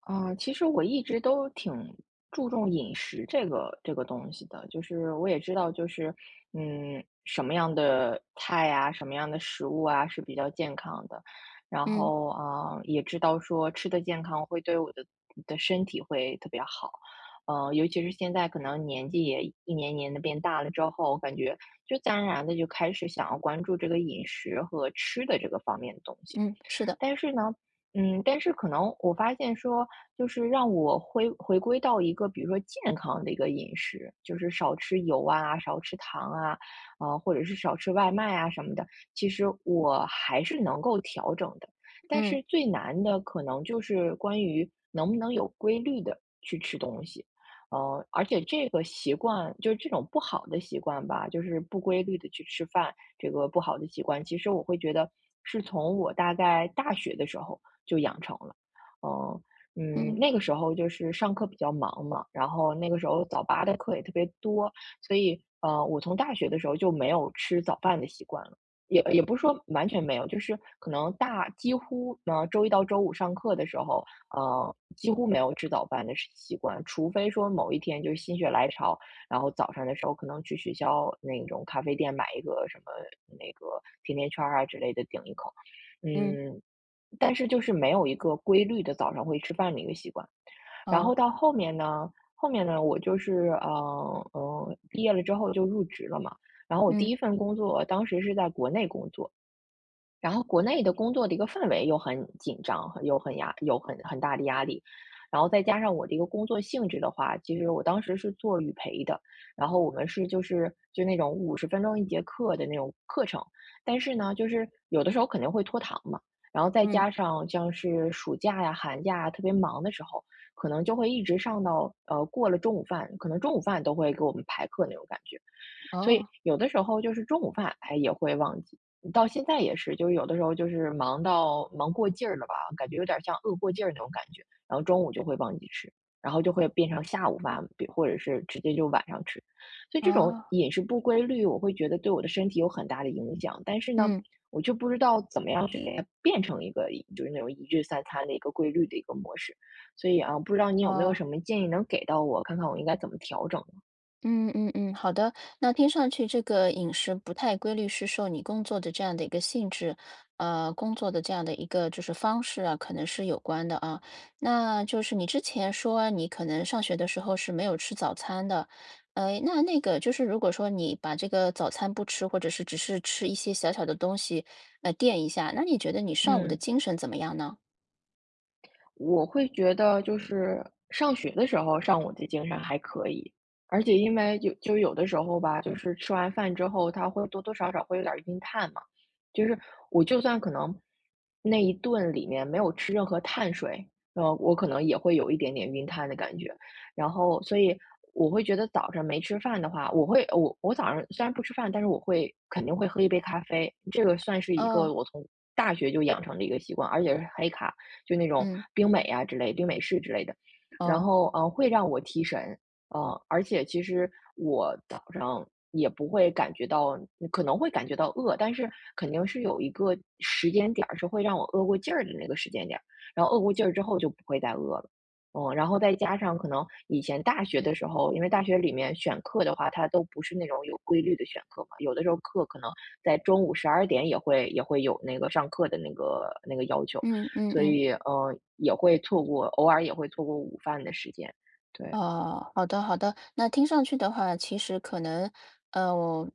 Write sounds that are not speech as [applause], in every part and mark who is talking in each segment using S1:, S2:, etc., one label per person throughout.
S1: 啊，其实我一直都挺注重饮食这个东西的，就是我也知道，就是什么样的菜啊，什么样的食物啊是比较健康的，然
S2: 嗯
S1: 后啊，也知道说吃的健康会对我的身体会特别好。尤其是现在可能年纪也一年年的变大了之后，我感觉就自然而然的就开始想要关注这个饮食和吃的这个方面的东西。
S2: 嗯，是的，
S1: 但是呢，但是可能我发现说，就是让我回归到一个比如说健康的一个饮食，就是少吃油啊，少吃糖啊，啊，或者是少吃外卖啊什么的，其实我还是能够调整的。但
S2: 嗯
S1: 是最难的可能就是关于能不能有规律的去吃东西。而且这个习惯就是这种不好的习惯吧，就是不规律的去吃饭，这个不好的习惯，其实我会觉得是从我大概大学的时候就养成了。呃，
S2: 嗯
S1: 那个时候就是上课比较忙嘛，然后那个时候早八的课也特别多，所以，我从大学的时候就没有吃早饭的习惯了。也不是说完全没有，就是可能几乎，周一到周五上课的时候，几乎没有吃早饭的习惯，除非说某一天就是心血来潮，然后早上的时候可能去学校那种咖啡店买一个什么那个甜甜圈儿啊之类的顶一口。
S2: 嗯，
S1: 嗯，但是就是没有一个规律的早上会吃饭的一个习惯。然后
S2: 哦，
S1: 到后面呢，后面呢，我就是毕业了之后就入职了嘛，然后我第
S2: 嗯
S1: 一份工作当时是在国内工作，然后国内的工作的一个氛围又很紧张，很又很压，有很大的压力。然后再加上我的一个工作性质的话，其实我当时是做语培的，然后我们是就那种50分钟一节课的那种课程，但是呢，就是有的时候肯定会拖堂嘛，然后再
S2: 嗯，
S1: 加上像是暑假呀、寒假呀特别忙的时候，可能就会一直上到过了中午饭，可能中午饭都会给我们排课那种感觉。所以
S2: 哦
S1: 有的时候就是中午饭，哎，也会忘记。到现在也是，就是有的时候就是忙到忙过劲儿了吧，感觉有点像饿过劲儿那种感觉，然后中午就会忘记吃，然后就会变成下午饭，或者是直接就晚上吃。所以这种
S2: 哦，
S1: 饮食不规律，我会觉得对我的身体有很大的影响。但是呢，
S2: 嗯，
S1: 我就不知道怎么样去给它变成一个就是那种一日三餐的一个规律的一个模式。所以啊，不知道你有没有
S2: 哦。
S1: 什么建议能给到我，看看我应该怎么调整。
S2: 嗯嗯嗯，好的。那听上去这个饮食不太规律，是受你工作的这样的一个性质，工作的这样的一个就是方式啊，可能是有关的啊。那就是你之前说你可能上学的时候是没有吃早餐的，那那个就是如果说你把这个早餐不吃，或者是只是吃一些小小的东西，垫一下，那你觉得你上午的
S1: 嗯，
S2: 精神怎么样呢？
S1: 我会觉得就是上学的时候上午的精神还可以，而且因为有的时候吧，就是吃完饭之后，他会多多少少会有点儿晕碳嘛，就是我就算可能那一顿里面没有吃任何碳水，我可能也会有一点点晕碳的感觉，然后所以我会觉得早上没吃饭的话，我会我我早上虽然不吃饭，但是我会肯定会喝一杯咖啡，这个算是一个
S2: 哦，
S1: 我从大学就养成的一个习惯，而且是黑咖。就那种
S2: 嗯，
S1: 冰美啊之类、冰美式之类的，然
S2: 哦，
S1: 后会让我提神。嗯，而且其实我早上也不会感觉到，可能会感觉到饿，但是肯定是有一个时间点儿是会让我饿过劲儿的那个时间点儿，然后饿过劲儿之后就不会再饿了。嗯，然后再加上可能以前大学的时候，因为大学里面选课的话，它都不是那种有规律的选课嘛，有的时候课可能在中午12点也会有那个上课的那个要求，
S2: 嗯嗯
S1: 所
S2: 嗯。
S1: 以，也会错过，偶尔也会错过午饭的时间，对。
S2: 哦，好的好的。那听上去的话，其实可能，我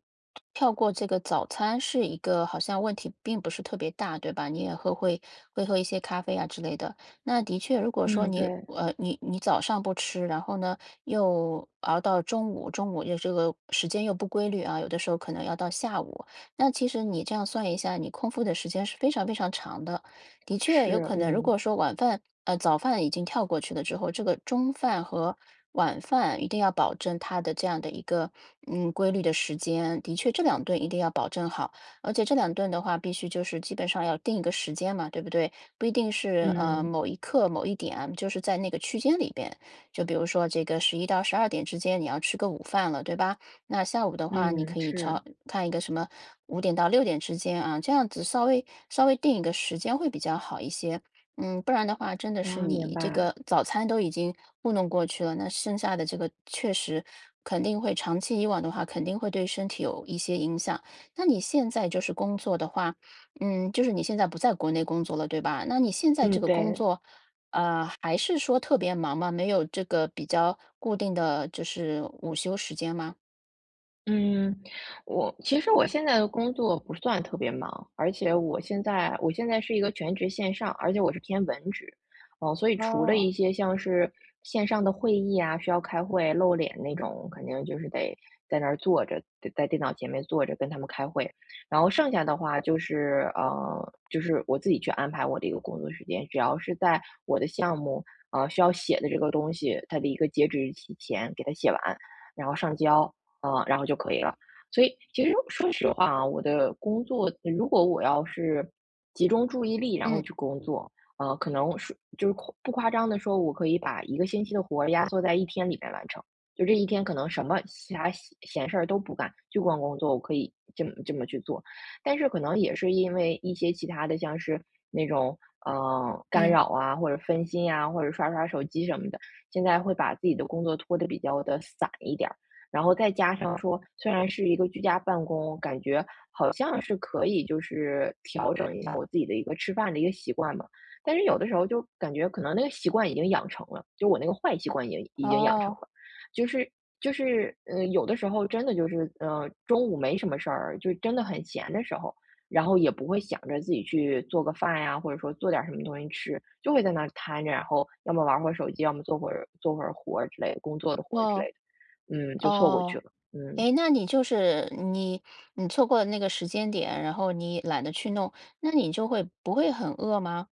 S2: 跳过这个早餐是一个好像问题并不是特别大，对吧？你也喝会会喝一些咖啡啊之类的。那的确，如果说
S1: 嗯，
S2: 你
S1: 对，
S2: 呃你你早上不吃，然后呢又熬到中午，中午又这个时间又不规律啊，有的时候可能要到下午。那其实你这样算一下，你空腹的时间是非常非常长的。的确有
S1: 是，
S2: 可能，如
S1: 嗯，
S2: 果说早饭已经跳过去了之后，这个中饭和晚饭一定要保证它的这样的一个规律的时间，的确这两顿一定要保证好，而且这两顿的话必须就是基本上要定一个时间嘛，对不对？不一定是
S1: 嗯，
S2: 某一刻某一点，就是在那个区间里边，就比如说这个十一到十二点之间你要吃个午饭了，对吧？那下午的话，你
S1: 嗯，
S2: 可以
S1: 是，
S2: 朝看一个什么五点到六点之间啊，这样子稍微定一个时间会比较好一些。嗯，不然的话，真的是
S1: 啊，明
S2: 你这
S1: 白，
S2: 个早餐都已经糊弄过去了，那剩下的这个确实肯定会长期以往的话，肯定会对身体有一些影响。那你现在就是工作的话，嗯，就是你现在不在国内工作了，对吧？那你现在
S1: 嗯，
S2: 这个工
S1: 对。
S2: 作，还是说特别忙吗？没有这个比较固定的就是午休时间吗？
S1: 嗯，我其实我现在的工作不算特别忙，而且我现在是一个全职线上，而且我是偏文职，哦，所以除了
S2: 哦，
S1: 一些像是线上的会议啊，需要开会露脸那种，肯定就是得在那儿坐着，得在电脑前面坐着跟他们开会，然后剩下的话就是就是我自己去安排我的一个工作时间，只要是在我的项目需要写的这个东西，它的一个截止日期前给它写完，然后上交。嗯，然后就可以了。所以其实说实话啊，我的工作如果我要是集中注意力，然后
S2: 嗯
S1: 去工作，可能是就是夸不夸张的说，我可以把一个星期的活儿压缩在一天里面完成。就这一天可能什么其他闲事儿都不干，就光工作，我可以这么去做。但是可能也是因为一些其他的，像是那种，呃，干
S2: 嗯，
S1: 扰啊，或者分心啊，或者刷刷手机什么的，现在会把自己的工作拖得比较的散一点儿。然后再加上说，虽然是一个居家办公，感觉好像是可以就是调整一下我自己的一个吃饭的一个习惯嘛，但是有的时候就感觉可能那个习惯已经养成了，就我那个坏习惯已经养成
S2: 哦
S1: 了，就是就是有的时候真的就是，中午没什么事儿，就真的很闲的时候，然后也不会想着自己去做个饭呀，或者说做点什么东西吃，就会在那儿瘫着，然后要么玩会儿手机，要么做会儿活儿之类的，工作的活儿之类
S2: 哦
S1: 的。嗯，就错过去
S2: 哦，
S1: 了。嗯，
S2: 诶，那你就是你你错过了那个时间点，然后你懒得去弄，那你就会不会很饿吗？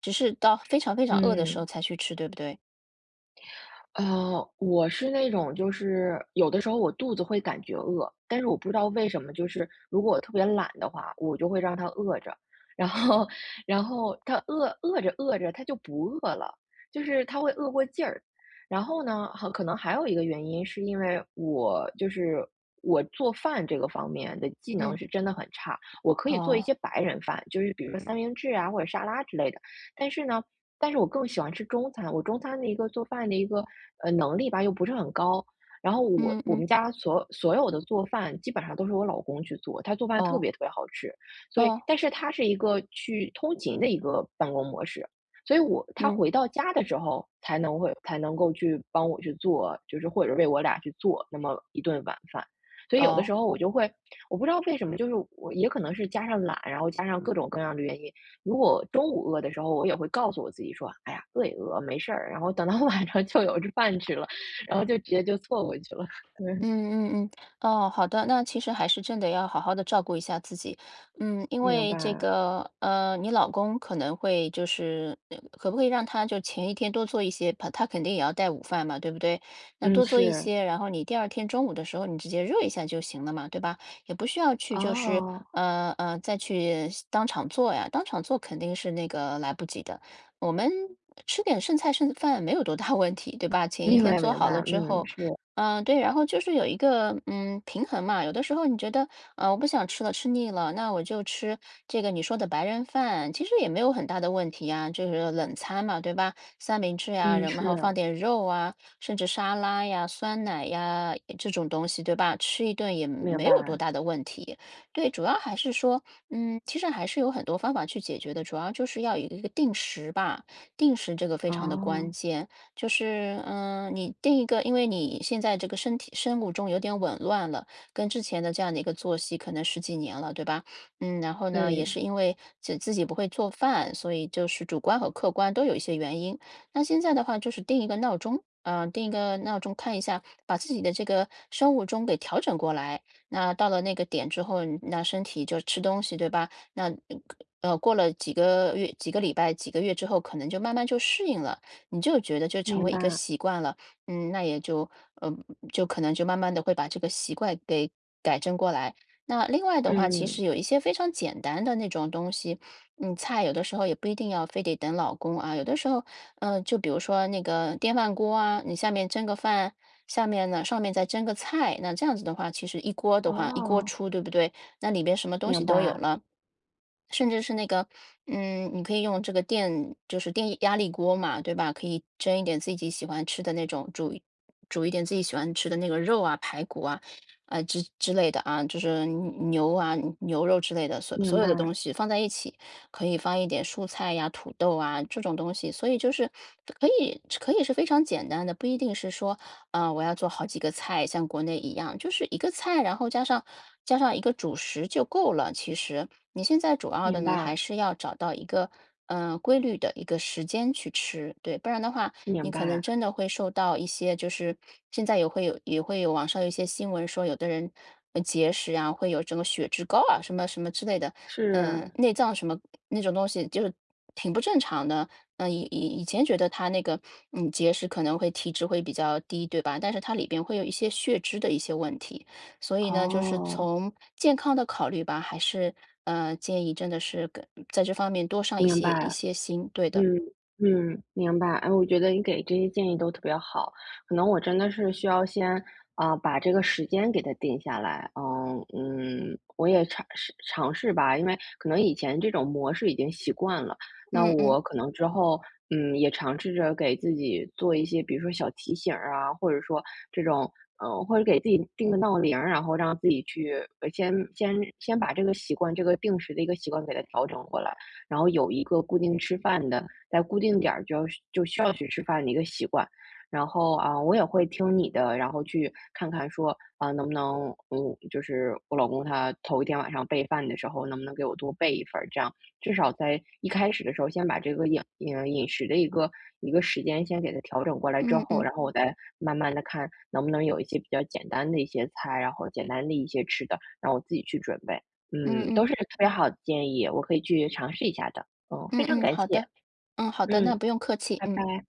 S2: 只是到非常非常饿的时
S1: 嗯，
S2: 候才去吃，对不对？
S1: 我是那种就是有的时候我肚子会感觉饿，但是我不知道为什么，就是如果我特别懒的话，我就会让它饿着，然后它饿，饿着饿着它就不饿了，就是它会饿过劲儿。然后呢，很可能还有一个原因是因为我就是我做饭这个方面的技能
S2: 嗯，
S1: 是真的很差，我可以做一
S2: 哦，
S1: 些白人饭，就是比如说三明治啊或者沙拉之类的，但是呢，但是我更喜欢吃中餐，我中餐的一个做饭的一个，能力吧，又不是很高。然后
S2: 嗯
S1: 我
S2: 嗯，
S1: 们家所有的做饭基本上都是我老公去做，他做饭特
S2: 哦
S1: 别特别好吃。所以
S2: 哦，
S1: 但是他是一个去通勤的一个办公模式，所以我他
S2: 嗯，
S1: 回到家的时候才能够去帮我去做，就是或者为我俩去做那么一顿晚饭。所以有的时
S2: 哦。
S1: 候我就会我不知道为什么，就是我也可能是加上懒，然后加上各种各样的原因，如果中午饿的时候，我也会告诉我自己说："哎呀，饿也饿，没事儿。"然后等到 [laughs] 晚上就有这饭吃了，然后就直接就错过去了。[laughs] 对，
S2: 嗯嗯嗯，哦，好的，那其实还是真的要好好的照顾一下自己，嗯，因
S1: 明
S2: 为这
S1: 白，
S2: 个，你老公可能会就是，可不可以让他就前一天多做一些，他肯定也要带午饭嘛，对不对？那
S1: 嗯，
S2: 多做一
S1: 是，
S2: 些，然后你第二天中午的时候你直接热一下就行了嘛，对吧？也不需要去就是，
S1: 哦，
S2: 再去当场做呀，当场做肯定是那个来不及的，我们。吃点剩菜剩饭没有多大问题，对吧？前一
S1: 明
S2: 天
S1: 白
S2: 做
S1: 明
S2: 好了
S1: 白，
S2: 之
S1: 嗯，
S2: 后，
S1: 是，
S2: 嗯，呃对，然后就是有一个平衡嘛，有的时候你觉得啊、我不想吃了，吃腻了，那我就吃这个你说的白人饭，其实也没有很大的问题呀，就是冷餐嘛，对吧？三明治呀，
S1: 嗯，
S2: 然后
S1: 是，
S2: 放点肉啊，甚至沙拉呀、酸奶呀这种东西，对吧？吃一顿也
S1: 明
S2: 没有多
S1: 白，
S2: 大的问题。对，主要还是说，嗯，其实还是有很多方法去解决的，主要就是要有一个定时吧，定时这个非常的关
S1: 哦，
S2: 键。就是，你定一个，因为你现在这个身体生物钟有点紊乱了，跟之前的这样的一个作息可能十几年了，对吧？嗯，然后呢，也
S1: 对，
S2: 是因为自己不会做饭，所以就是主观和客观都有一些原因。那现在的话，就是定一个闹钟，嗯、定一个闹钟，看一下，把自己的这个生物钟给调整过来。那到了那个点之后，那身体就吃东西，对吧？那过了几个月、几个礼拜、几个月之后，可能就慢慢就适应了。你就觉得就成
S1: 明
S2: 为一个
S1: 白，
S2: 习惯了，嗯，那也就呃，就可能就慢慢的会把这个习惯给改正过来。那另外的话，其
S1: 嗯，
S2: 实有一些非常简单的那种东西，嗯，菜有的时候也不一定要非得等老公啊，有的时候，嗯，就比如说那个电饭锅啊，你下面蒸个饭，下面呢上面再蒸个菜，那这样子的话，其实一锅的话一锅
S1: 哦，
S2: 出，对不对？那里边什么东西
S1: 明
S2: 都有
S1: 白，
S2: 了。甚至是那个，嗯，你可以用这个电，就是电压力锅嘛，对吧？可以蒸一点自己喜欢吃的那种，煮一点自己喜欢吃的那个肉啊、排骨啊，啊、之类的啊，就是牛啊、牛肉之类的，所所
S1: 明
S2: 有的东
S1: 白，
S2: 西放在一起，可以放一点蔬菜呀、土豆啊这种东西，所以就是可以是非常简单的，不一定是说啊，我要做好几个菜，像国内一样，就是一个菜，然后加上一个主食就够了。其实你现在主要的
S1: 明
S2: 呢，还
S1: 白，
S2: 是要找到一个规律的一个时间去吃，对，不然的话，你
S1: 明
S2: 可能
S1: 白，
S2: 真的会受到一些，就是现在也会有网上有一些新闻说，有的人节食啊，会有整个血脂高啊，什么什么之类的，嗯、
S1: 是，
S2: 内脏什么那种东西，就是挺不正常的。嗯，以前觉得他那个，嗯，结石可能会体质会比较低，对吧？但是它里边会有一些血脂的一些问题，所以呢，就是
S1: 哦，
S2: 从健康的考虑吧，还是建议真的是跟在这方面多上一
S1: 明
S2: 些一
S1: 白。
S2: 些心，对的，
S1: 嗯嗯，明白。哎，我觉得你给这些建议都特别好，可能我真的是需要先啊、把这个时间给它定下来。嗯嗯，我也尝试尝试吧，因为可能以前这种模式已经习惯了，那
S2: 嗯嗯
S1: 我可能之后嗯也尝试着给自己做一些，比如说小提醒儿啊，或者说这种或者给自己定个闹铃儿，然后让自己去先把这个习惯，这个定时的一个习惯给它调整过来。然后有一个固定吃饭的，在固定点儿就要就需要去吃饭的一个习惯。然后啊，我也会听你的，然后去看看说啊，能不能嗯，就是我老公他头一天晚上备饭的时候，能不能给我多备一份儿，这样至少在一开始的时候，先把这个饮食的一个一个时间先给它调整过来之
S2: 嗯
S1: 后，
S2: 嗯
S1: 然后我再慢慢的看能不能有一些比较简单的一些菜，然后简单的一些吃的，让我自己去准备。嗯，
S2: 嗯嗯
S1: 都是特别好的建议，我可以去尝试一下的。嗯，
S2: 嗯
S1: 非常
S2: 嗯，
S1: 感
S2: 好
S1: 谢，
S2: 的，嗯好的，那
S1: 嗯，
S2: 不用客气，
S1: 拜
S2: 嗯。
S1: 拜。